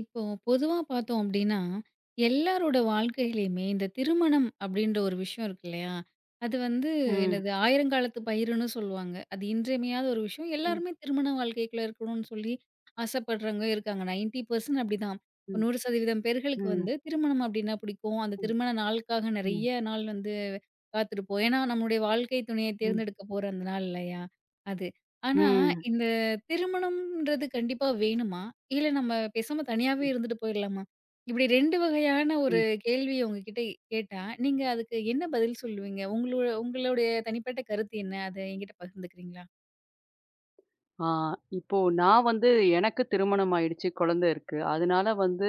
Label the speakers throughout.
Speaker 1: இப்போ பொதுவா பார்த்தோம் அப்டின்னா, எல்லாரோட வாழ்க்கையிலயுமே இந்த திருமணம் அப்டின்ற ஒரு விஷயம் இருக்கு இல்லையா? அது வந்து
Speaker 2: ம்.
Speaker 1: என்னது ஆயிரங்காலத்து பயிருன்னு சொல்லுவாங்க. அது இன்றியமையாத ஒரு விஷயம்.
Speaker 2: ம்.
Speaker 1: எல்லாருமே திருமண வாழ்க்கைக்குள்ள இருக்கணும்னு சொல்லி ஆசைப்படுறவங்க இருக்காங்க. 90% அப்படிதான்.
Speaker 2: ம்.
Speaker 1: 100% பேர்களுக்கு
Speaker 2: ம்.
Speaker 1: வந்து திருமணம் அப்டின்னா பிடிக்கும். அந்த
Speaker 2: ம்.
Speaker 1: திருமண நாளுக்காக
Speaker 2: ம்.
Speaker 1: நெறைய நாள் வந்து காத்திருப்போம். ஏன்னா, நம்முடைய வாழ்க்கை துணைய
Speaker 2: ம்.
Speaker 1: தேர்ந்தெடுக்க போற அந்த நாள் இல்லையா? அது. ஆனா,
Speaker 2: ம்.
Speaker 1: இந்த திருமணம்ன்றது கண்டிப்பா வேணுமா? இல்ல நம்ம பேசாம தனியாவே இருந்துட்டு போயிரலாமா? இப்படி 2 வகையான ஒரு
Speaker 2: ம்.
Speaker 1: கேள்விய உங்ககிட்ட கேட்டா, நீங்க அதுக்கு என்ன பதில் சொல்லுவீங்க? உங்களோட உங்களுடைய தனிப்பட்ட கருத்து என்ன? அத என்கிட்ட பகிர்ந்துக்கிறீங்களா?
Speaker 2: ஆ இப்போ நான் வந்து எனக்கு திருமணம் ஆயிடுச்சு. குழந்தை இருக்கு. அதனால வந்து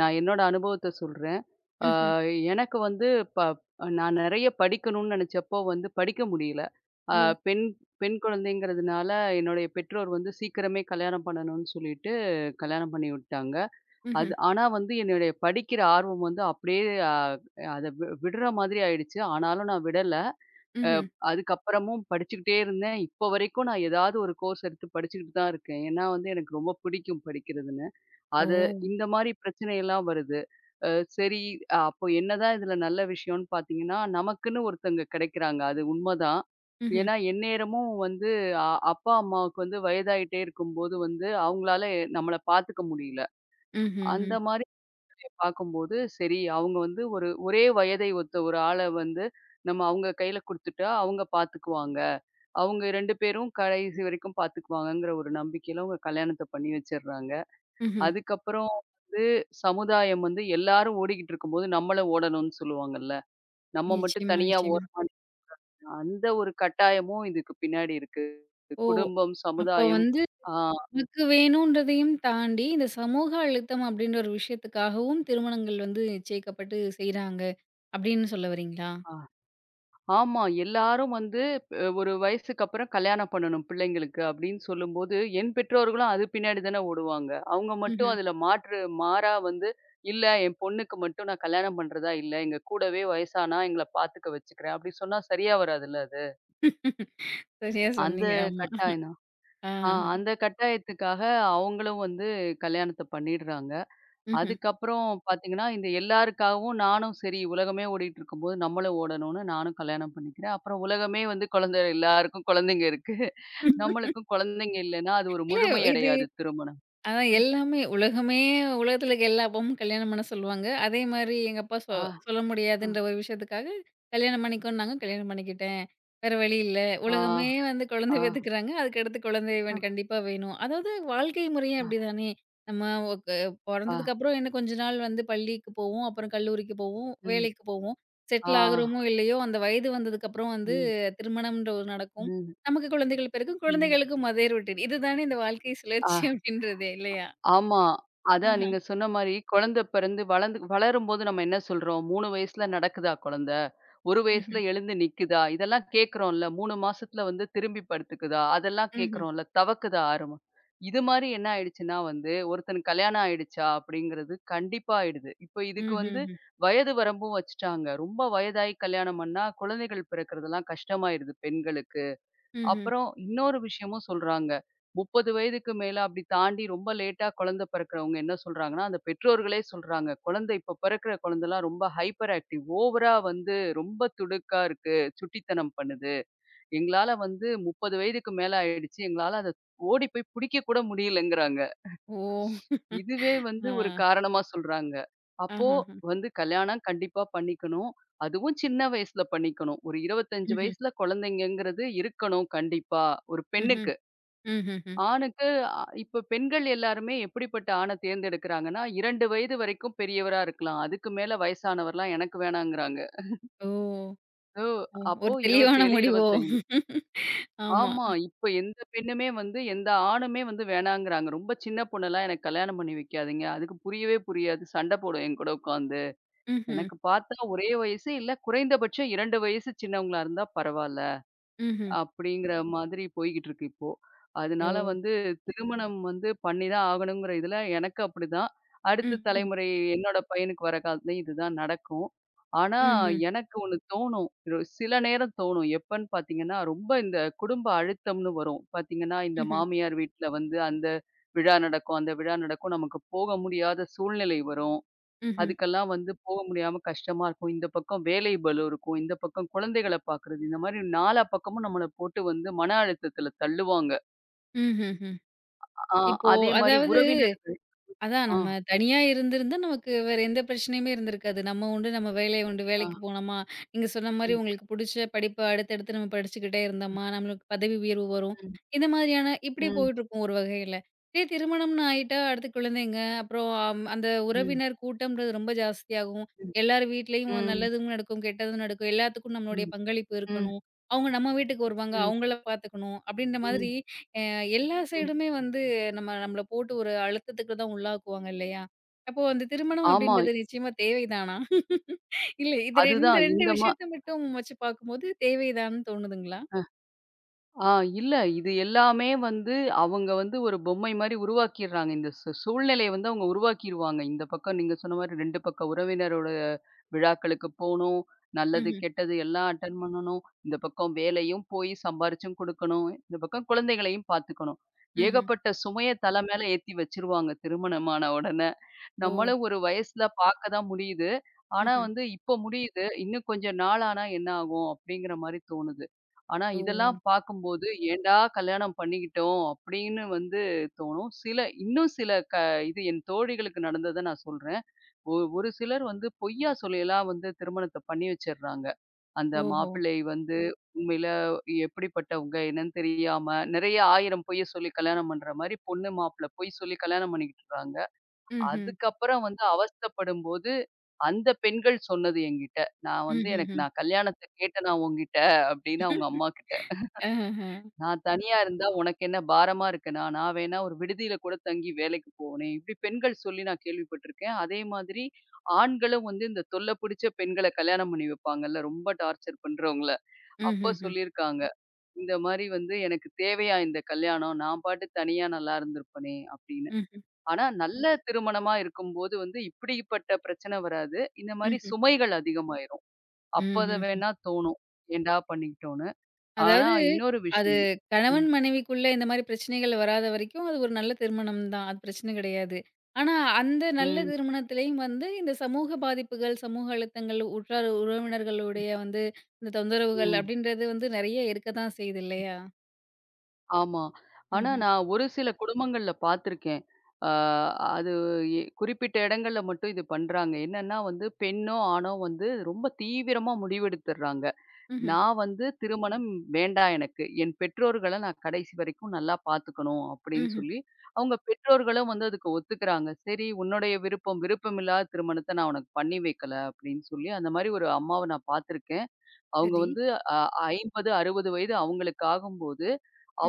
Speaker 2: நான் என்னோட அனுபவத்த சொல்றேன். ஆ
Speaker 1: ம்ஹ்ம்.
Speaker 2: எனக்கு வந்து ப நான் நெறைய படிக்கணும்னு நெனைச்சப்போ வந்து படிக்க முடியல. ஆ
Speaker 1: ஓ!
Speaker 2: பெண் பெண் குழந்தைங்கிறதுனால என்னுடைய பெற்றோர் வந்து சீக்கிரமே கல்யாணம் பண்ணணும்னு சொல்லிட்டு கல்யாணம் பண்ணி விட்டாங்க.
Speaker 1: ம்ஹ்ம்.
Speaker 2: அது ஆனா வந்து என்னுடைய படிக்கிற ஆர்வம் வந்து அப்படியே அ அத விடுற மாதிரி ஆயிடுச்சு. ஆனாலும் நான் விடல. அ
Speaker 1: ம்ஹ்ம்.
Speaker 2: அதுக்கப்புறமும் படிச்சுக்கிட்டே இருந்தேன். இப்போ வரைக்கும் நான் ஏதாவது ஒரு கோர்ஸ் எடுத்து படிச்சுக்கிட்டு தான் இருக்கேன். ஏன்னா வந்து எனக்கு ரொம்ப பிடிக்கும் படிக்கிறதுன்னு.
Speaker 1: ஓ!
Speaker 2: அது இந்த மாரி பிரச்சனையெல்லாம் வருது. அ சரி அப்போ என்னதான் இதில நல்ல விஷயம்னு பார்த்தீங்கன்னா, நமக்குன்னு ஒருத்தங்க கிடைக்கிறாங்க. அது உண்மதான்.
Speaker 1: ம்ஹ்ம்.
Speaker 2: ஏன்னா எந்நேரமும் வந்து அ அப்பா, அம்மாவுக்கு வந்து வயதாயிட்டே இருக்கும்போது வந்து அவங்களால நம்மள பார்த்துக்க முடியல.
Speaker 1: ம்ஹ்ம்.
Speaker 2: அந்த
Speaker 1: ம்.
Speaker 2: மாரி பார்க்கும்போது, சரி அவங்க வந்து ஒரே வயதை ஒத்த ஒரு ஆள வந்து, நம்ம அவங்க கையில குடுத்துட்டா, அவங்க பார்த்துக்குவாங்க. அவங்க 2 பேரும் கடைசி வரைக்கும் பார்த்துக்குவாங்கங்கிற ஒரு நம்பிக்கையில அவங்க கல்யாணத்த பண்ணி வச்சுடுறாங்க.
Speaker 1: ம்ஹ்ம்.
Speaker 2: அதுக்கப்புறம் வந்து சமுதாயம் வந்து எல்லாரும் ஓடிக்கிட்டு இருக்கும்போது, நம்மளும் ஓடணும்னு சொல்லுவாங்கல்ல. நம்ம மட்டும்
Speaker 1: நிச்சயமா,
Speaker 2: தனியா
Speaker 1: நிச்சயமா.
Speaker 2: ஓரமா நின்னா அந்த ஒரு கட்டாயமும் இதுக்கு பின்னாடி இருக்கு.
Speaker 1: ஓ!
Speaker 2: குடும்பம்,
Speaker 1: அப்ப
Speaker 2: சமுதாயம்.
Speaker 1: வந்து நமக்கு வேணுன்றதையும் தாண்டி, இந்த சமூக அழுத்தம் அப்படின்ற ஒரு விஷயத்துக்காகவும் திருமணங்கள் வந்து நிச்சயிக்கப்பட்டு செய்றாங்க, அப்படின்னு சொல்ல வரீங்களா?
Speaker 2: ஆ. ஆமா. எல்லாரும் வந்து ஒரு வயசுக்கு அப்புறம் கல்யாணம் பண்ணணும் பிள்ளைங்களுக்கு அப்படின்னு சொல்லும்போது, என் பெற்றோர்களும் அது பின்னாடி தானே ஓடுவாங்க. அவங்க மட்டும்
Speaker 1: ம்ஹ்ம்.
Speaker 2: அதுல மாற்று மாறா வந்து, "இல்ல என் பொண்ணுக்கு மட்டும் நான் கல்யாணம் பண்றதா இல்ல. எங்க கூடவே வயசானா எங்கள பாத்துக்க வச்சுக்கிறேன்." அப்படி சொன்னா சரியா வராதுல்ல அது.
Speaker 1: சரியா
Speaker 2: அந்த
Speaker 1: சொன்னீங்க. ஆமா.
Speaker 2: கட்டாயம் தான்.
Speaker 1: ஆஹஹ.
Speaker 2: அந்த கட்டாயத்துக்காக அவங்களும் வந்து கல்யாணத்த பண்ணிடுறாங்க.
Speaker 1: ம்ஹ்ம்.
Speaker 2: அதுக்கப்புறம் பார்த்தீங்கன்னா, இந்த எல்லாருக்காகவும் நானும் சரி உலகமே ஓடிட்டு இருக்கும்போது, நம்மளும் ஓடணும்னு நானும் கல்யாணம் பண்ணிக்கிறேன். அப்புறம் உலகமே வந்து குழந்தை எல்லாருக்கும் குழந்தைங்க இருக்கு. நம்மளுக்கும் குழந்தைங்க இல்லன்னா, அது ஒரு
Speaker 1: இல்ல
Speaker 2: முழுமை
Speaker 1: இது
Speaker 2: அடையாது திருமணம்.
Speaker 1: அதான் எல்லாமே உலகமே உலகத்துல இருக்க எல்லா அப்பாவும் கல்யாணம் பண்ண சொல்லுவாங்க. அதே மாரி எங்க அப்பா
Speaker 2: ஆ,
Speaker 1: சொல்ல
Speaker 2: ஆ,
Speaker 1: முடியாதுன்ற ஒரு விஷயத்துக்காக கல்யாணம் பண்ணிக்கோன்னாங்க. கல்யாணம் பண்ணிக்கிட்டேன். வேற வழி இல்ல.
Speaker 2: ஆ,
Speaker 1: உலகமே வந்து குழந்தை
Speaker 2: ஆ,
Speaker 1: பெத்துக்கிறாங்க. அதுக்கடுத்து குழந்தை கண்டிப்பா வேணும். அதாவது வாழ்க்கை முறையே
Speaker 2: ஆ,
Speaker 1: அப்படிதானே. நம்ம ஒக்
Speaker 2: ஆ,
Speaker 1: பொறந்ததுக்கு அப்புறம் என்ன கொஞ்ச நாள் வந்து பள்ளிக்கு போவோம். அப்புறம் கல்லூரிக்கு போவோம்.
Speaker 2: ம்,
Speaker 1: வேலைக்கு போவோம்.
Speaker 2: ஆ,
Speaker 1: செட்டில் ஆகுறோமோ இல்லையோ, அந்த வயது வந்ததுக்கப்புறம் வந்து
Speaker 2: ம்,
Speaker 1: திருமணம்ன்ற ஒண்ணு நடக்கும்.
Speaker 2: ம்,
Speaker 1: நமக்கு குழந்தைகள் பிறக்கும்.
Speaker 2: ம்,
Speaker 1: குழந்தைகளுக்கும் அதே ரொட்டீன். இதுதானே இந்த வாழ்க்கை
Speaker 2: ஆ.
Speaker 1: சுழற்சி அப்படின்றதே இல்லையா?
Speaker 2: ஆமா. அதான்
Speaker 1: ஆஹா.
Speaker 2: நீங்க சொன்ன மாரி குழந்த பிறந்து வளந்து வளரும்போது நம்ம என்ன சொல்றோம்? 3 வயசுல நடக்குதா குழந்த? 1 வயசுல
Speaker 1: ம்ஹ்ம்.
Speaker 2: எழுந்து நிக்குதா? இதெல்லாம் கேட்குறோம்ல. 3 மாசத்துல வந்து திரும்பி படுத்துக்குதா? அதெல்லாம்
Speaker 1: ம்ஹ்ம்.
Speaker 2: கேட்குறோம்ல. தவக்குதா 6 இது மாரி என்ன ஆயிடுச்சுன்னா வந்து, ஒருத்தனுக்கு கல்யாணம் ஆயிடுச்சா? அப்படிங்கிறது கண்டிப்பா ஆயிடுது. இப்போ இதுக்கு வந்து
Speaker 1: ம்ஹ்ஹ்ம்.
Speaker 2: வயது வரம்பும் வச்சுட்டாங்க. ரொம்ப வயதாகி கல்யாணம் பண்ணா, குழந்தைகள் பிறக்கிறதெல்லாம் கஷ்டமாயிடுது பெண்களுக்கு.
Speaker 1: ம்ஹ்ம்.
Speaker 2: அப்புறம் இன்னொரு விஷயமும் சொல்றாங்க. 30 வயதுக்கு மேல அப்படி தாண்டி ரொம்ப லேட்டா குழந்தை பிறக்கிறவங்க என்ன சொல்றாங்கன்னா, அந்த பெற்றோர்களே சொல்றாங்க. குழந்தை இப்ப பிறக்கிற குழந்தைலாம் ரொம்ப ஹைப்பர் ஆக்டிவ். ஓவரா வந்து ரொம்ப துடுக்கா இருக்கு. சுட்டித்தனம் பண்ணுது. எங்களால வந்து 30 வயதுக்கு மேல ஆயிடுச்சு. எங்களால அத ஓடி போய் புடிக்க கூட முடியலங்கிறாங்க.
Speaker 1: ஓ!
Speaker 2: இதுவே வந்து
Speaker 1: ஆ.
Speaker 2: ஒரு காரணமா சொல்றாங்க. அப்போ
Speaker 1: ஆஹஹ.
Speaker 2: வந்து கல்யாணம் கண்டிப்பா பண்ணிக்கணும். அதுவும் சின்ன வயசுல பண்ணிக்கணும். ஒரு 25
Speaker 1: ம்ஹ்ம்.
Speaker 2: வயசுல குழந்தைங்கங்கிறது இருக்கணும் கண்டிப்பா. ஒரு
Speaker 1: ம்ஹ்ம்.
Speaker 2: பெண்ணுக்கு.
Speaker 1: ம்ஹ்ஹ்ம்.
Speaker 2: ஆணுக்கு இப்ப பெண்கள் எல்லாருமே எப்படிப்பட்ட ஆண தேர்ந்தெடுக்கிறாங்கன்னா, 2 வயது வரைக்கும் பெரியவரா இருக்கலாம். அதுக்கு மேல வயசானவர்லாம் எனக்கு வேணாங்கிறாங்க.
Speaker 1: ஓ!
Speaker 2: ஓ!
Speaker 1: ஓ!
Speaker 2: அப்போ
Speaker 1: ஒரு தெளிவான
Speaker 2: 27,
Speaker 1: முடிவோ?
Speaker 2: 25.
Speaker 1: ஆமா.
Speaker 2: ஆமா. இப்ப எந்த பெண்ணுமே வந்து எந்த ஆணுமே வந்து வேணாங்கிறாங்க. ரொம்ப சின்ன பொண்ணெல்லாம் எனக்கு கல்யாணம் பண்ணி வைக்காதீங்க. அதுக்கு புரியவே புரியாது. சண்டை போடும் என்கூட உட்காந்து.
Speaker 1: ம்ஹ்ம்.
Speaker 2: எனக்கு பார்த்தா ஒரே வயசு, இல்ல குறைந்தபட்சம் 2 வயசு சின்னவங்களா இருந்தா பரவால்ல.
Speaker 1: ம்ஹ்ம்.
Speaker 2: அப்படிங்கிற மாதிரி போய்க்கிட்டு இருக்கு இப்போ.
Speaker 1: ஓ!
Speaker 2: அதனால வந்து திருமணம் வந்து பண்ணி தான் ஆகணுங்கிற இதில எனக்கு அப்படிதான். அடுத்த
Speaker 1: ம்ஹ்ம்.
Speaker 2: தலைமுறை என்னோட பையனுக்கு வர காலத்துலயும் இதுதான் நடக்கும். ஆனா
Speaker 1: ம்ஹ்ம்.
Speaker 2: எனக்கு ஒண்ணு தோணும். ஒரு சில நேரம் தோணும். எப்பன்னு பார்த்தீங்கன்னா, ரொம்ப இந்த குடும்ப அழுத்தம்னு வரும். பார்த்தீங்கன்னா, இந்த
Speaker 1: ம்ஹ்ம்.
Speaker 2: மாமியார் வீட்ல வந்து அந்த விழா நடக்கும், அந்த விழா நடக்கும். நமக்கு போக முடியாத சூழ்நிலை வரும்.
Speaker 1: ம்ஹ்ம்.
Speaker 2: அதுக்கெல்லாம் வந்து போக முடியாம கஷ்டமா இருக்கும். இந்த பக்கம் வேலை பளு இருக்கும். இந்த பக்கம் குழந்தைகள பார்க்குறது. இந்த மாரி நாலா பக்கமும் நம்மள போட்டு வந்து மன அழுத்தத்துல தள்ளுவாங்க.
Speaker 1: ம்ஹ்ம். ம்ஹ்ஹ்ம்.
Speaker 2: ஆ
Speaker 1: இப்போ
Speaker 2: அதே மாரி
Speaker 1: அதாவது
Speaker 2: உறவினர்கள்
Speaker 1: அதான்
Speaker 2: ஆ,
Speaker 1: நம்ம தனியா இருந்திருந்தா நமக்கு வேற எந்த பிரச்சனையுமே இருந்திருக்காது. நம்ம உண்டு, நம்ம வேலை உண்டு.
Speaker 2: ஆ.
Speaker 1: வேலைக்கு போனோமா, நீங்க சொன்ன மாரி
Speaker 2: ம்,
Speaker 1: உங்களுக்கு புடிச்ச படிப்ப அடுத்தடுத்து நம்ம படிச்சுக்கிட்டே இருந்தோமா, நம்மளுக்கு பதவி உயர்வு வரும்.
Speaker 2: ம்,
Speaker 1: இந்த மாதிரியான இப்படி
Speaker 2: ம்,
Speaker 1: போயிட்டுருக்கும் ஒரு வகையில. இதே திருமணம்னு ஆயிட்டா, அடுத்து குழந்தைங்க, அப்புறம் அந்த
Speaker 2: ம்,
Speaker 1: உறவினர் கூட்டம்ன்றது ரொம்ப ஜாஸ்தியாகும்.
Speaker 2: ம்,
Speaker 1: எல்லார் வீட்லயும்
Speaker 2: ம்,
Speaker 1: நல்லதும் நடக்கும், கெட்டதும் நடக்கும். எல்லாத்துக்கும் நம்மளுடைய
Speaker 2: ம்,
Speaker 1: பங்களிப்பு
Speaker 2: ம்,
Speaker 1: இருக்கணும். அவங்க நம்ம வீட்டுக்கு வருவாங்க,
Speaker 2: ம்,
Speaker 1: அவங்கள பார்த்துக்கணும். அப்படின்ற மாதிரி,
Speaker 2: ம்,
Speaker 1: அ அ எல்லா
Speaker 2: ம்.
Speaker 1: சைடுமே வந்து நம்ம நம்மள போட்டு ஒரு அழுத்தத்துக்கு தான் உள்ளாக்குவாங்க இல்லையா? அப்போ அந்த திருமணம்
Speaker 2: ஆமா.
Speaker 1: அப்படின்றது நிச்சயமா தேவைதானா? இல்ல இது இந்த
Speaker 2: அதுதான்
Speaker 1: 2
Speaker 2: இந்த மா
Speaker 1: விஷயத்த மட்டும் வச்சு பார்க்கும்போது தேவைதான்னு தோணுதுங்களா?
Speaker 2: ஆ இல்ல. இது எல்லாமே வந்து அவங்க வந்து ஒரு பொம்மை மாரி உருவாக்கிர்றாங்க. இந்த சூழ்நிலைய வந்து அவங்க உருவாக்கிருவாங்க. இந்த பக்கம் நீங்க சொன்ன மாரி 2 பக்க உறவினரோட விழாக்களுக்கு போணும். நல்லது,
Speaker 1: ம்ஹ்ம்.
Speaker 2: கெட்டது எல்லாம் அட்டெண்ட் பண்ணணும். இந்த பக்கம் வேலையும் போய் சம்பாரிச்சும் குடுக்கணும். இந்த பக்கம் குழந்தைகளையும் பார்த்துக்கணும்.
Speaker 1: ம்ஹ்ம்.
Speaker 2: ஏகப்பட்ட சுமைய தல மேல ஏத்தி வச்சுருவாங்க திருமணமான உடன.
Speaker 1: ஓ!
Speaker 2: நம்மள ஒரு வயசுல பார்க்க தான் முடியுது. ஆனா
Speaker 1: ம்ஹ்ம்.
Speaker 2: வந்து இப்ப முடியுது. இன்னும் கொஞ்சம் நாள் ஆனா என்ன ஆகும்? அப்படிங்கிற மாரி தோணுது. ஆனா
Speaker 1: ஓ!
Speaker 2: இதெல்லாம் பார்க்கும்போது, "ஏன்டா கல்யாணம் பண்ணிக்கிட்டோம்?" அப்படின்னு வந்து தோணும். சில இன்னும் சில க இது என் தோழிகளுக்கு நடந்தத நான் சொல்றேன். ஒரு சிலர் வந்து பொய்யா சொல்லிலாம் வந்து திருமணத்த பண்ணி வச்சர்றாங்க. அந்த
Speaker 1: ஓஹோ!
Speaker 2: மாப்பிள்ளை வந்து உண்மையில எப்படிப்பட்டவங்க என்னன்னு தெரியாம, நெறைய 1000 பொய்ய சொல்லி கல்யாணம் பண்ற மாரி, பொண்ணு மாப்பிள்ளை பொய் சொல்லி கல்யாணம் பண்ணிக்கிட்டுறாங்க.
Speaker 1: ம்ஹ்ம்.
Speaker 2: அதுக்கப்புறம் வந்து அவஸ்தைப்படும்போது, அந்த பெண்கள் சொன்னது என்கிட்ட. நான் வந்து எனக்கு
Speaker 1: ம்ஹ்ஹ்ம்.
Speaker 2: நான் கல்யாணத்த கேட்டேனா உன்கிட்ட அப்படின்னு அவங்க அம்மாகிட்ட.
Speaker 1: அஹஹ.
Speaker 2: நான் தனியா இருந்தா உனக்கு என்ன பாரமா இருக்கனா? நான் வேணா ஒரு விடுதியில கூட தங்கி வேலைக்கு போனேன். இப்படி பெண்கள் சொல்லி நான் கேள்விப்பட்டுருக்கேன். அதே மாதிரி ஆண்களும் வந்து இந்த தொல்ல பிடிச்ச பெண்கள கல்யாணம் பண்ணி வைப்பாங்கல்ல, ரொம்ப டார்ச்சர் பண்றவங்கள. அப்ப
Speaker 1: ம்ஹ்ஹ்ம்.
Speaker 2: சொல்லியிருக்காங்க. இந்த மாரி வந்து எனக்கு தேவையா இந்த கல்யாணம்? நான் பாட்டுக்கு தனியா நல்லா இருந்திருப்பனே அப்படின்னு.
Speaker 1: ம்ஹ்ம்.
Speaker 2: ஆனா, நல்ல திருமணமா இருக்கும்போது வந்து இப்படிப்பட்ட பிரச்சனை வராது. இந்த மாரி
Speaker 1: ம்ஹ்ம்.
Speaker 2: சுமைகள் அதிகமாயிரும். அப்ப அத
Speaker 1: ம்ஹ்ம்.
Speaker 2: வேணா தோணும். ஏன்டா பண்ணிக்கிட்டோன்னு. ஆனா
Speaker 1: அதாவது,
Speaker 2: இன்னொரு
Speaker 1: அது
Speaker 2: விஷயம் ம்,
Speaker 1: கணவன் மனைவிக்குள்ள இந்த மாரி பிரச்சனைகள் வராத வரைக்கும் அது ஒரு நல்ல திருமணம் தான். அது பிரச்சனை கிடையாது. ஆனா, அந்த நல்ல
Speaker 2: ம்,
Speaker 1: திருமணத்திலயும் வந்து இந்த சமூக பாதிப்புகள், சமூக அழுத்தங்கள், உற்றார் உறவினர்களுடைய வந்து இந்த தொந்தரவுகள்
Speaker 2: ம்.
Speaker 1: அப்படின்றது வந்து நெறைய இருக்க தான் செய்யுது இல்லையா?
Speaker 2: ஆமா. ஆனா
Speaker 1: ம்ஹ்ம்.
Speaker 2: நான் ஒரு சில குடும்பங்கள்ல பார்த்துருக்கேன். ஆ அது குறிப்பிட்ட இடங்கள்ல மட்டும் இது பண்றாங்க. என்னன்னா வந்து பெண்ணோ, ஆணோ வந்து ரொம்ப தீவிரமா முடிவெடுத்துர்றாங்க.
Speaker 1: ம்ஹ்ம்.
Speaker 2: நான் வந்து திருமணம் வேண்டாம் எனக்கு. என் பெற்றோர்கள நான் கடைசி வரைக்கும் நல்லா பார்த்துக்கணும் அப்படின்னு
Speaker 1: ம்ஹ்ம்.
Speaker 2: சொல்லி, அவங்க பெற்றோர்களும் வந்து அதுக்கு ஒத்துக்கிறாங்க. சரி உன்னுடைய விருப்பம், விருப்பமில்லாத திருமணத்த நான் உனக்கு பண்ணி வைக்கல அப்படின்னு சொல்லி, அந்த மாரி ஒரு அம்மாவ நான் பார்த்துருக்கேன். அவங்க
Speaker 1: சரி.
Speaker 2: வந்து அ 50, 60 வயது அவங்களுக்கு ஆகும்போது,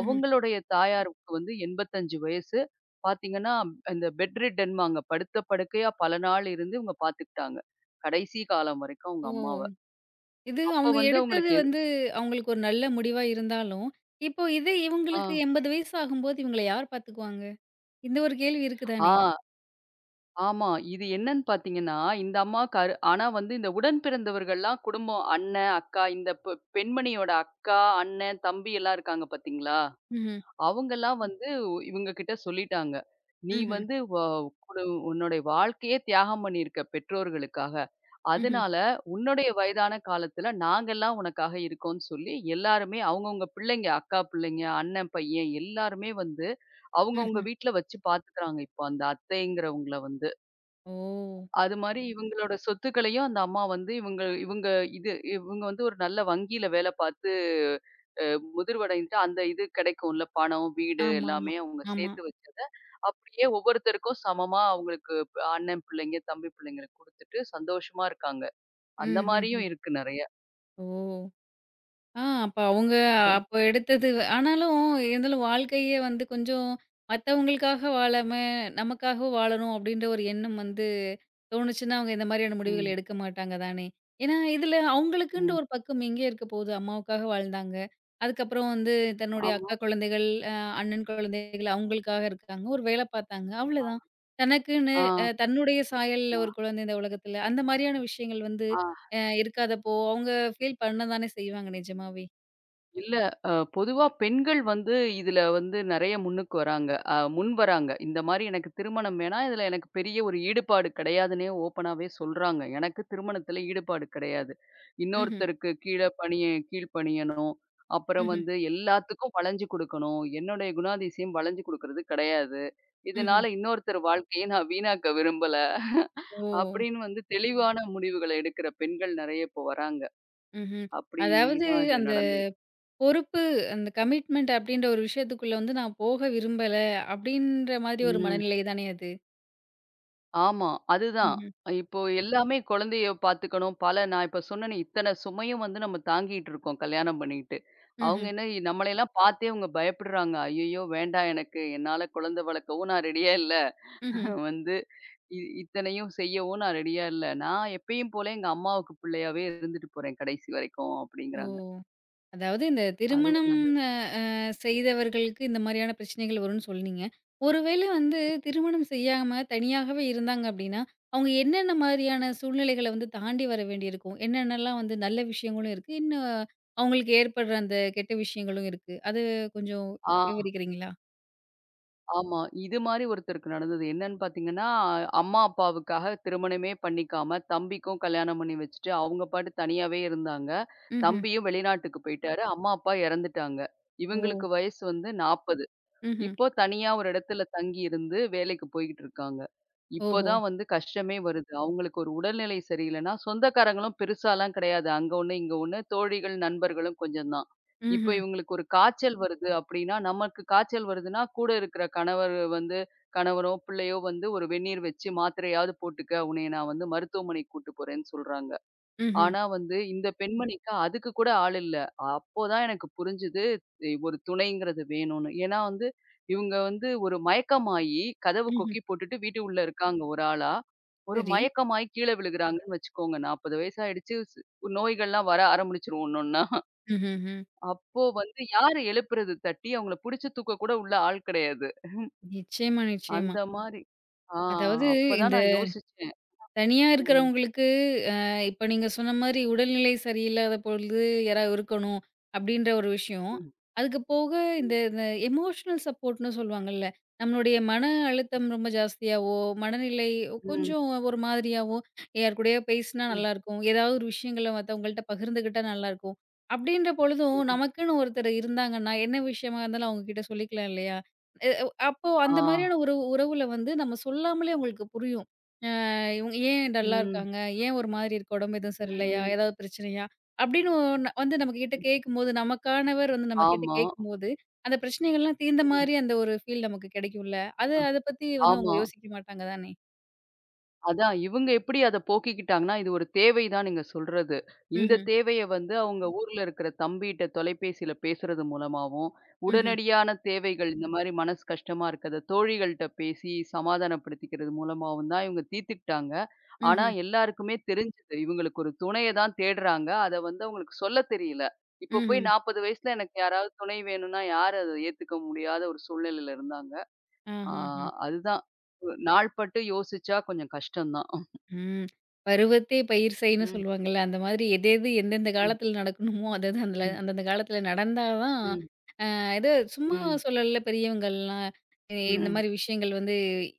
Speaker 1: ம்ஹ்ம்.
Speaker 2: தாயாருக்கு வந்து 85 வயசு. பார்த்தீங்கன்னா, இந்த பெட் ரிட்டன்பாங்க. படுத்த படுக்கையா பல நாள் இருந்து இவங்க பார்த்துக்கிட்டாங்க. கடைசி காலம் வரைக்கும்
Speaker 1: ஓ!
Speaker 2: அவங்க அம்மாவ.
Speaker 1: இது
Speaker 2: அப்ப
Speaker 1: அவங்க
Speaker 2: வந்து
Speaker 1: எடுத்தது
Speaker 2: அவங்களுக்கு எது
Speaker 1: வந்து அவங்களுக்கு ஒரு நல்ல முடிவா இருந்தாலும், இப்போ இதே
Speaker 2: ஆ.
Speaker 1: இவங்களுக்கு 80 வயசு ஆகும்போது இவங்கள யார் பார்த்துக்குவாங்க? இந்த ஒரு கேள்வி இருக்கு தானே?
Speaker 2: ஆ, ஆமா. இது என்னன்னு பார்த்தீங்கன்னா, இந்த அம்மாவுக்கு ஆனா வந்து இந்த உடன் பிறந்தவர்கள்லாம் குடும்பம் அண்ணன், அக்கா இந்த பெண்மணியோட அக்கா, அண்ணன், தம்பி எல்லாம் இருக்காங்க பார்த்தீங்களா?
Speaker 1: ம்ஹ்ம்.
Speaker 2: அவங்கலாம் வந்து இவங்க கிட்ட சொல்லிட்டாங்க. "நீ
Speaker 1: ம்ஹ்ம்.
Speaker 2: வந்து குடு உன்னுடைய வாழ்க்கையே தியாகம் பண்ணியிருக்க பெற்றோர்களுக்காக.
Speaker 1: ம்ஹ்ம்.
Speaker 2: அதனால உன்னுடைய வயதான காலத்துல நாங்கலாம் உனக்காக இருக்கோம்ன்னு" சொல்லி எல்லாருமே அவங்கவங்க பிள்ளைங்க, அக்கா பிள்ளைங்க, அண்ணன் பையன் எல்லாருமே வந்து அவங்கவங்க
Speaker 1: ம்ஹ்ம்.
Speaker 2: வீட்ல வச்சு பார்த்துக்கிறாங்க இப்போ அந்த அத்தைங்கிறவங்கள வந்து.
Speaker 1: ஓ!
Speaker 2: அது மாரி இவங்களோட சொத்துக்களையும் அந்த அம்மா வந்து இவங்க இவங்க இது இவங்க வந்து ஒரு நல்ல வங்கியில வேலை பார்த்து அ முதிர்வடைந்துட்டு அந்த இது கிடைக்கும்ல பணம், வீடு
Speaker 1: ஆமா, ஆமா,
Speaker 2: எல்லாமே அவங்க
Speaker 1: ஆமா.
Speaker 2: சேர்த்து வச்சத அப்படியே ஒவ்வொருத்தருக்கும் சமமா அவங்களுக்கு அண்ணன் பிள்ளைங்க, தம்பி பிள்ளைங்களுக்கு குடுத்துட்டு சந்தோஷமா இருக்காங்க. அந்த
Speaker 1: ம்ஹ்ஹ்ம்.
Speaker 2: மாரியும் இருக்கு நெறைய.
Speaker 1: ஓ! ஆ அப்ப அவங்க
Speaker 2: அதான்.
Speaker 1: அப்ப எடுத்தது ஆனாலும் இருந்தாலும் வாழ்க்கையே வந்து கொஞ்சம் மத்தவங்களுக்காக வாழாம, நமக்காக வாழணும் அப்படின்ற ஒரு எண்ணம் வந்து தோணுச்சுன்னா, அவங்க இந்த மாதிரியான முடிவுகள்
Speaker 2: ம்.
Speaker 1: எடுக்க மாட்டாங்க தானே! ஏன்னா, இதுல அவங்களுக்குன்ற
Speaker 2: ம்.
Speaker 1: ஒரு பக்கம் எங்கே இருக்க போகுது? அம்மாவுக்காக வாழ்ந்தாங்க. அதுக்கப்புறம் வந்து தன்னுடைய
Speaker 2: ஆமா.
Speaker 1: அக்கா குழந்தைகள், அண்ணன் குழந்தைகள் அவங்களுக்காக இருக்காங்க. ஒரு வேலை பார்த்தாங்க. அவ்வளதான். தனக்குன்னு
Speaker 2: ஆ.
Speaker 1: தன்னுடைய சாயல்ல
Speaker 2: ஆ.
Speaker 1: ஒரு குழந்தை இந்த உலகத்துல, அந்த மாரியான விஷயங்கள் வந்து
Speaker 2: ஆ.
Speaker 1: இருக்காதப்போ, அவங்க ஃபீல் பண்ண தானே செய்வாங்க நிஜமாவே.
Speaker 2: இல்ல. பொதுவா பெண்கள் வந்து இதுல வந்து நெறைய முன்னுக்கு வராங்க. முன் வராங்க. இந்த மாரி எனக்கு திருமணம் வேணாம். இதுல எனக்கு பெரிய ஒரு ஈடுபாடு கிடையாதுன்னே ஓப்பனாவே சொல்றாங்க. எனக்கு திருமணத்துல ஈடுபாடு கிடையாது.
Speaker 1: ம்ஹ்ம்.
Speaker 2: இன்னொருத்தருக்கு கீழ் பணியணும். அப்புறம்
Speaker 1: ம்ஹ்ம்.
Speaker 2: வந்து எல்லாத்துக்கும் வளைஞ்சு குடுக்கணும். என்னுடைய குணாதிசயம் வளைஞ்சு குடுக்குறது கிடையாது.
Speaker 1: ம்ஹ்ம்.
Speaker 2: இதனால இன்னொருத்தர் வாழ்க்கைய நான் வீணாக்க விரும்பல.
Speaker 1: ஓ!
Speaker 2: அப்படின்னு வந்து தெளிவான முடிவுகள எடுக்கிற பெண்கள் நெறைய இப்போ வராங்க.
Speaker 1: ம்ஹ்ம். அதாவது
Speaker 2: அப்படிதான் இது
Speaker 1: அந்த
Speaker 2: நடந்தது.
Speaker 1: பொறுப்பு, அந்த கமிட்மெண்ட் அப்படின்ற ஒரு விஷயத்துக்குள்ள வந்து நான் போக விரும்பல, அப்படின்ற மாதிரி ஒரு
Speaker 2: ம்.
Speaker 1: மனநிலை தானே அது?
Speaker 2: ஆமா. அதுதான்.
Speaker 1: ம்ஹ்ம்.
Speaker 2: இப்போ எல்லாமே குழந்தைய பார்த்துக்கணும். பல நான் இப்ப சொன்னேனே இத்தன சுமையும் வந்து நம்ம தாங்கிட்டு இருக்கோம் கல்யாணம் பண்ணிட்டு. அவங்க
Speaker 1: ம்ஹ்ம்.
Speaker 2: என்ன நம்மளையெல்லாம் பார்த்தே அவங்க பயப்படுறாங்க. "ஐயய்யோ! வேண்டாம் எனக்கு. என்னால குழந்தை வளர்க்கவும் நான் ரெடியா இல்ல.
Speaker 1: ம்ஹ்ம்.
Speaker 2: வந்து இத்தனையும் செய்யவும் நான் ரெடியா இல்ல. நான் எப்பயும் போல எங்க அம்மாவுக்கு பிள்ளையாவே இருந்துட்டு போறேன் கடைசி வரைக்கும்"
Speaker 1: ஓ!
Speaker 2: அப்படிங்கிறாங்க.
Speaker 1: அதாவது இந்த
Speaker 2: அதுவும்
Speaker 1: திருமணம்
Speaker 2: நல்லது.
Speaker 1: அ அ செய்தவர்களுக்கு இந்த மாரியான பிரச்சனைகள் வரும்னு சொன்னீங்க. ஒருவேளை வந்து திருமணம் செய்யாம தனியாகவே இருந்தாங்க அப்டின்னா, அவங்க என்னென்ன மாரியான சூழ்நிலைகள வந்து தாண்டி வர வேண்டியிருக்கும்? என்னென்னலாம் வந்து நல்ல விஷயங்களும் இருக்கு. இன்னும் அவங்களுக்கு ஏற்படுற அந்த கெட்ட விஷயங்களும் இருக்கு. அது கொஞ்சம்
Speaker 2: ஆ.
Speaker 1: விவரிக்கிறீங்களா?
Speaker 2: ஆமா. இது மாரி ஒருத்தருக்கு நடந்தது. என்னன்னு பார்த்தீங்கன்னா, அம்மா, அப்பாவுக்காக திருமணமே பண்ணிக்காம, தம்பிக்கும் கல்யாணம் பண்ணி வச்சுட்டு, அவங்க பாட்டு தனியாவே இருந்தாங்க.
Speaker 1: ம்ஹ்ம்.
Speaker 2: தம்பியும் வெளிநாட்டுக்கு போயிட்டாரு. அம்மா, அப்பா இறந்துட்டாங்க.
Speaker 1: ஓ!
Speaker 2: இவங்களுக்கு வயசு வந்து 40.
Speaker 1: ம்ஹ்ம்.
Speaker 2: இப்போ தனியா ஒரு இடத்துல தங்கி இருந்து வேலைக்கு போய்கிட்டு இருக்காங்க. இப்போ
Speaker 1: ஓஹோ!
Speaker 2: தான் வந்து கஷ்டமே வருது. அவங்களுக்கு ஒரு உடல்நிலை சரியில்லைன்னா, சொந்தக்காரங்களும் பெருசாலாம் கிடையாது. அங்க ஒண்ணு, இங்க ஒண்ணு. தோழிகள், நண்பர்களும் கொஞ்சம் தான். இப்போ
Speaker 1: ம்ஹ்ம்.
Speaker 2: இவங்களுக்கு ஒரு காய்ச்சல் வருது அப்படின்னா, நமக்கு காய்ச்சல் வருதுன்னா, கூட இருக்கிற கணவர் வந்து கணவரோ, பிள்ளையோ வந்து ஒரு வெந்நீர் வச்சு மாத்திரையாவது போட்டுக்க, உன்னைய நான் வந்து மருத்துவமனைக்கு கூட்டு போறேன்னு சொல்றாங்க.
Speaker 1: ம்ஹ்ம்.
Speaker 2: ஆனா வந்து இந்த பெண்மணிக்கு அதுக்கு கூட ஆள் இல்ல. அப்போதான் எனக்கு புரிஞ்சது ஒரு துணைங்கிறது வேணும்னு. ஏன்னா வந்து இவங்க வந்து ஒரு மயக்கமாயி கதவு
Speaker 1: ம்ஹ்ம்.
Speaker 2: கொக்கி போட்டுட்டு வீட்டு உள்ள இருக்காங்க ஒரு ஆளா. ஒரு
Speaker 1: சரி.
Speaker 2: மயக்கமாயி கீழ விழுகுறாங்கன்னு வச்சுக்கோங்க. 40 வயசாயிடுச்சு நோய்கள்லாம் வர ஆரம்பிச்சுரும் ஒண்ணொன்னா.
Speaker 1: ம்ஹ்ஹ்ம்.
Speaker 2: அப்போ வந்து யாரு எழுப்புறது? தட்டி அவங்கள புடிச்சு தூக்க கூட உள்ள ஆள் கிடையாது.
Speaker 1: நிச்சயமா, நிச்சயமா.
Speaker 2: அந்த மாரி. ஆ
Speaker 1: அதாவது
Speaker 2: அப்பதான்
Speaker 1: இந்த
Speaker 2: நான் யோசிச்சேன்.
Speaker 1: தனியா
Speaker 2: ம்,
Speaker 1: இருக்கிறவங்களுக்கு, அ இப்ப நீங்க சொன்ன மாரி உடல்நிலை சரியில்லாத பொழுது யாராவது இருக்கணும், அப்படின்ற ஒரு விஷயம்.
Speaker 2: ம்,
Speaker 1: அதுக்கு போக இந்த
Speaker 2: ம்,
Speaker 1: இந்த எமோஷனல் சப்போர்ட்ன்னு சொல்லுவாங்கல்ல, நம்மளுடைய மன அழுத்தம் ரொம்ப ஜாஸ்தியாவோ, மனநிலை
Speaker 2: ம்,
Speaker 1: கொஞ்சம் ஒரு மாதிரியாவோ, யார் கூடயோ பேசினா
Speaker 2: ம்,
Speaker 1: நல்லாயிருக்கும். ஏதாவது ஒரு விஷயங்கள மத்தவங்கள்ட்ட பகிர்ந்துக்கிட்டா நல்லாயிருக்கும். அப்படின்ற பொழுதும்,
Speaker 2: ம்.
Speaker 1: நமக்குன்னு ஒருத்தர் இருந்தாங்கன்னா, என்ன விஷயமா இருந்தாலும் அவங்க கிட்ட சொல்லிக்கலாம் இல்லையா? எ அப்போ
Speaker 2: ஆ.
Speaker 1: அந்த மாதிரியான ஒரு உறவுல வந்து நம்ம சொல்லாமலே அவங்களுக்கு புரியும். இவங்க ஏன் டல்லா
Speaker 2: ம்,
Speaker 1: இருக்காங்க? ஏன் ஒரு மாதிரி இருக்கு? உடம்பு எதுவும் சரியில்லையா?
Speaker 2: ம்.
Speaker 1: ஏதாவது பிரச்சனையா? அப்படின்னு ஒண்ணு வந்து நம்மகிட்ட கேட்கும்போது, நமக்கானவர் வந்து நம்மகிட்ட
Speaker 2: ஆமா.
Speaker 1: கேட்கும்போது, அந்த பிரச்சனைகள்லாம் தீர்ந்த
Speaker 2: ம்.
Speaker 1: மாரி அந்த ஒரு ஃபீல் நமக்கு கிடைக்கும்ல. அது
Speaker 2: அ
Speaker 1: அத பத்தி வந்து அவங்க
Speaker 2: ஆமா.
Speaker 1: யோசிக்க மாட்டாங்க தானே.
Speaker 2: அதான் இவங்க எப்படி அத போக்கிக்கிட்டாங்கன்னா, இது ஒரு தேவை தான் நீங்க சொல்றது. இந்த
Speaker 1: ம்ஹ்ம்.
Speaker 2: தேவைய வந்து அவங்க ஊர்ல இருக்கிற தம்பிட்ட தொலைபேசியில பேசுறது மூலமாவும்,
Speaker 1: ம்ஹ்ம்.
Speaker 2: உடனடியான தேவைகள் இந்த மாரி மனசு கஷ்டமா இருக்கிறத தோழிகள்ட்ட பேசி சமாதானப்படுத்திக்கிறது மூலமாவும் தான் இவங்க தீர்த்துக்கிட்டாங்க. ஆனா
Speaker 1: ம்ஹ்ம்.
Speaker 2: எல்லாருக்குமே தெரிஞ்சது. இவங்களுக்கு ஒரு துணைய தான் தேடுறாங்க. அத வந்து அவங்களுக்கு சொல்ல தெரியல. இப்போ
Speaker 1: ம்ஹ்ம்.
Speaker 2: போய் 40 வயசுல எனக்கு யாராவது துணை வேணும்னா, யாரு அத ஏத்துக்க முடியாத ஒரு சூழ்நிலையில இருந்தாங்க. ஆ
Speaker 1: ஆஹஹ.
Speaker 2: அதுதான். நாள்பட்டு யோசிச்சா கொஞ்சம் கஷ்டம்தான்.
Speaker 1: ம். பருவத்தே பயிர் செய்ன்னு
Speaker 2: ம்,
Speaker 1: சொல்லுவாங்கல்ல. அந்த மாதிரி எது எது எந்தெந்த
Speaker 2: ம்,
Speaker 1: காலத்துல நடக்கணுமோ, அது அது அந்த
Speaker 2: ம்,
Speaker 1: அந்தந்த காலத்துல நடந்தா தான்
Speaker 2: ம்,
Speaker 1: இது சும்மா
Speaker 2: ம்,
Speaker 1: சொல்லல பெரியவங்கள்லாம்.
Speaker 2: ம்,
Speaker 1: இந்த
Speaker 2: ம்,
Speaker 1: மாரி விஷயங்கள் வந்து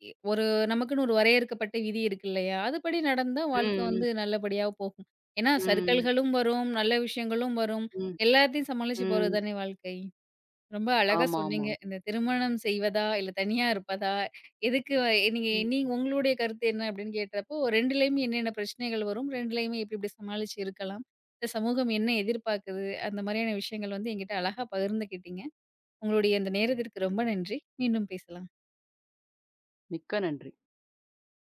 Speaker 1: இ- ஒரு நமக்குன்னு ஒரு வரையறுக்கப்பட்ட விதி இருக்கு இல்லையா? அதுபடி நடந்தா வாழ்க்கை வந்து
Speaker 2: ம்,
Speaker 1: நல்லபடியா போகும். ஏன்னா
Speaker 2: ம்,
Speaker 1: சறுக்கல்களும் வரும், நல்ல விஷயங்களும் வரும்.
Speaker 2: ம்,
Speaker 1: எல்லாத்தையும் சமாளிச்சு போறது
Speaker 2: ம்.
Speaker 1: தானே வாழ்க்கை. ரொம்ப அழகா
Speaker 2: ஆமா, ஆமா.
Speaker 1: சொன்னீங்க. இந்த திருமணம் செய்வதா? இல்ல தனியா இருப்பதா? நீங்க
Speaker 2: ம்.
Speaker 1: நீங்க உங்களுடைய கருத்து என்ன அப்படின்னு கேட்டப்போ 2லயுமே என்னென்ன பிரச்சனைகள் வரும்? 2லயுமே எப்படி எப்படி சமாளிச்சு இருக்கலாம்? இந்த சமூகம் என்ன எதிர்பார்க்குது? அந்த மாதிரியான விஷயங்கள் வந்து என்கிட்ட அழகா பகிர்ந்துக்கிட்டீங்க. உங்களுடைய இந்த நேரத்திற்கு ரொம்ப நன்றி. மீண்டும் பேசலாம்.
Speaker 2: மிக்க நன்றி.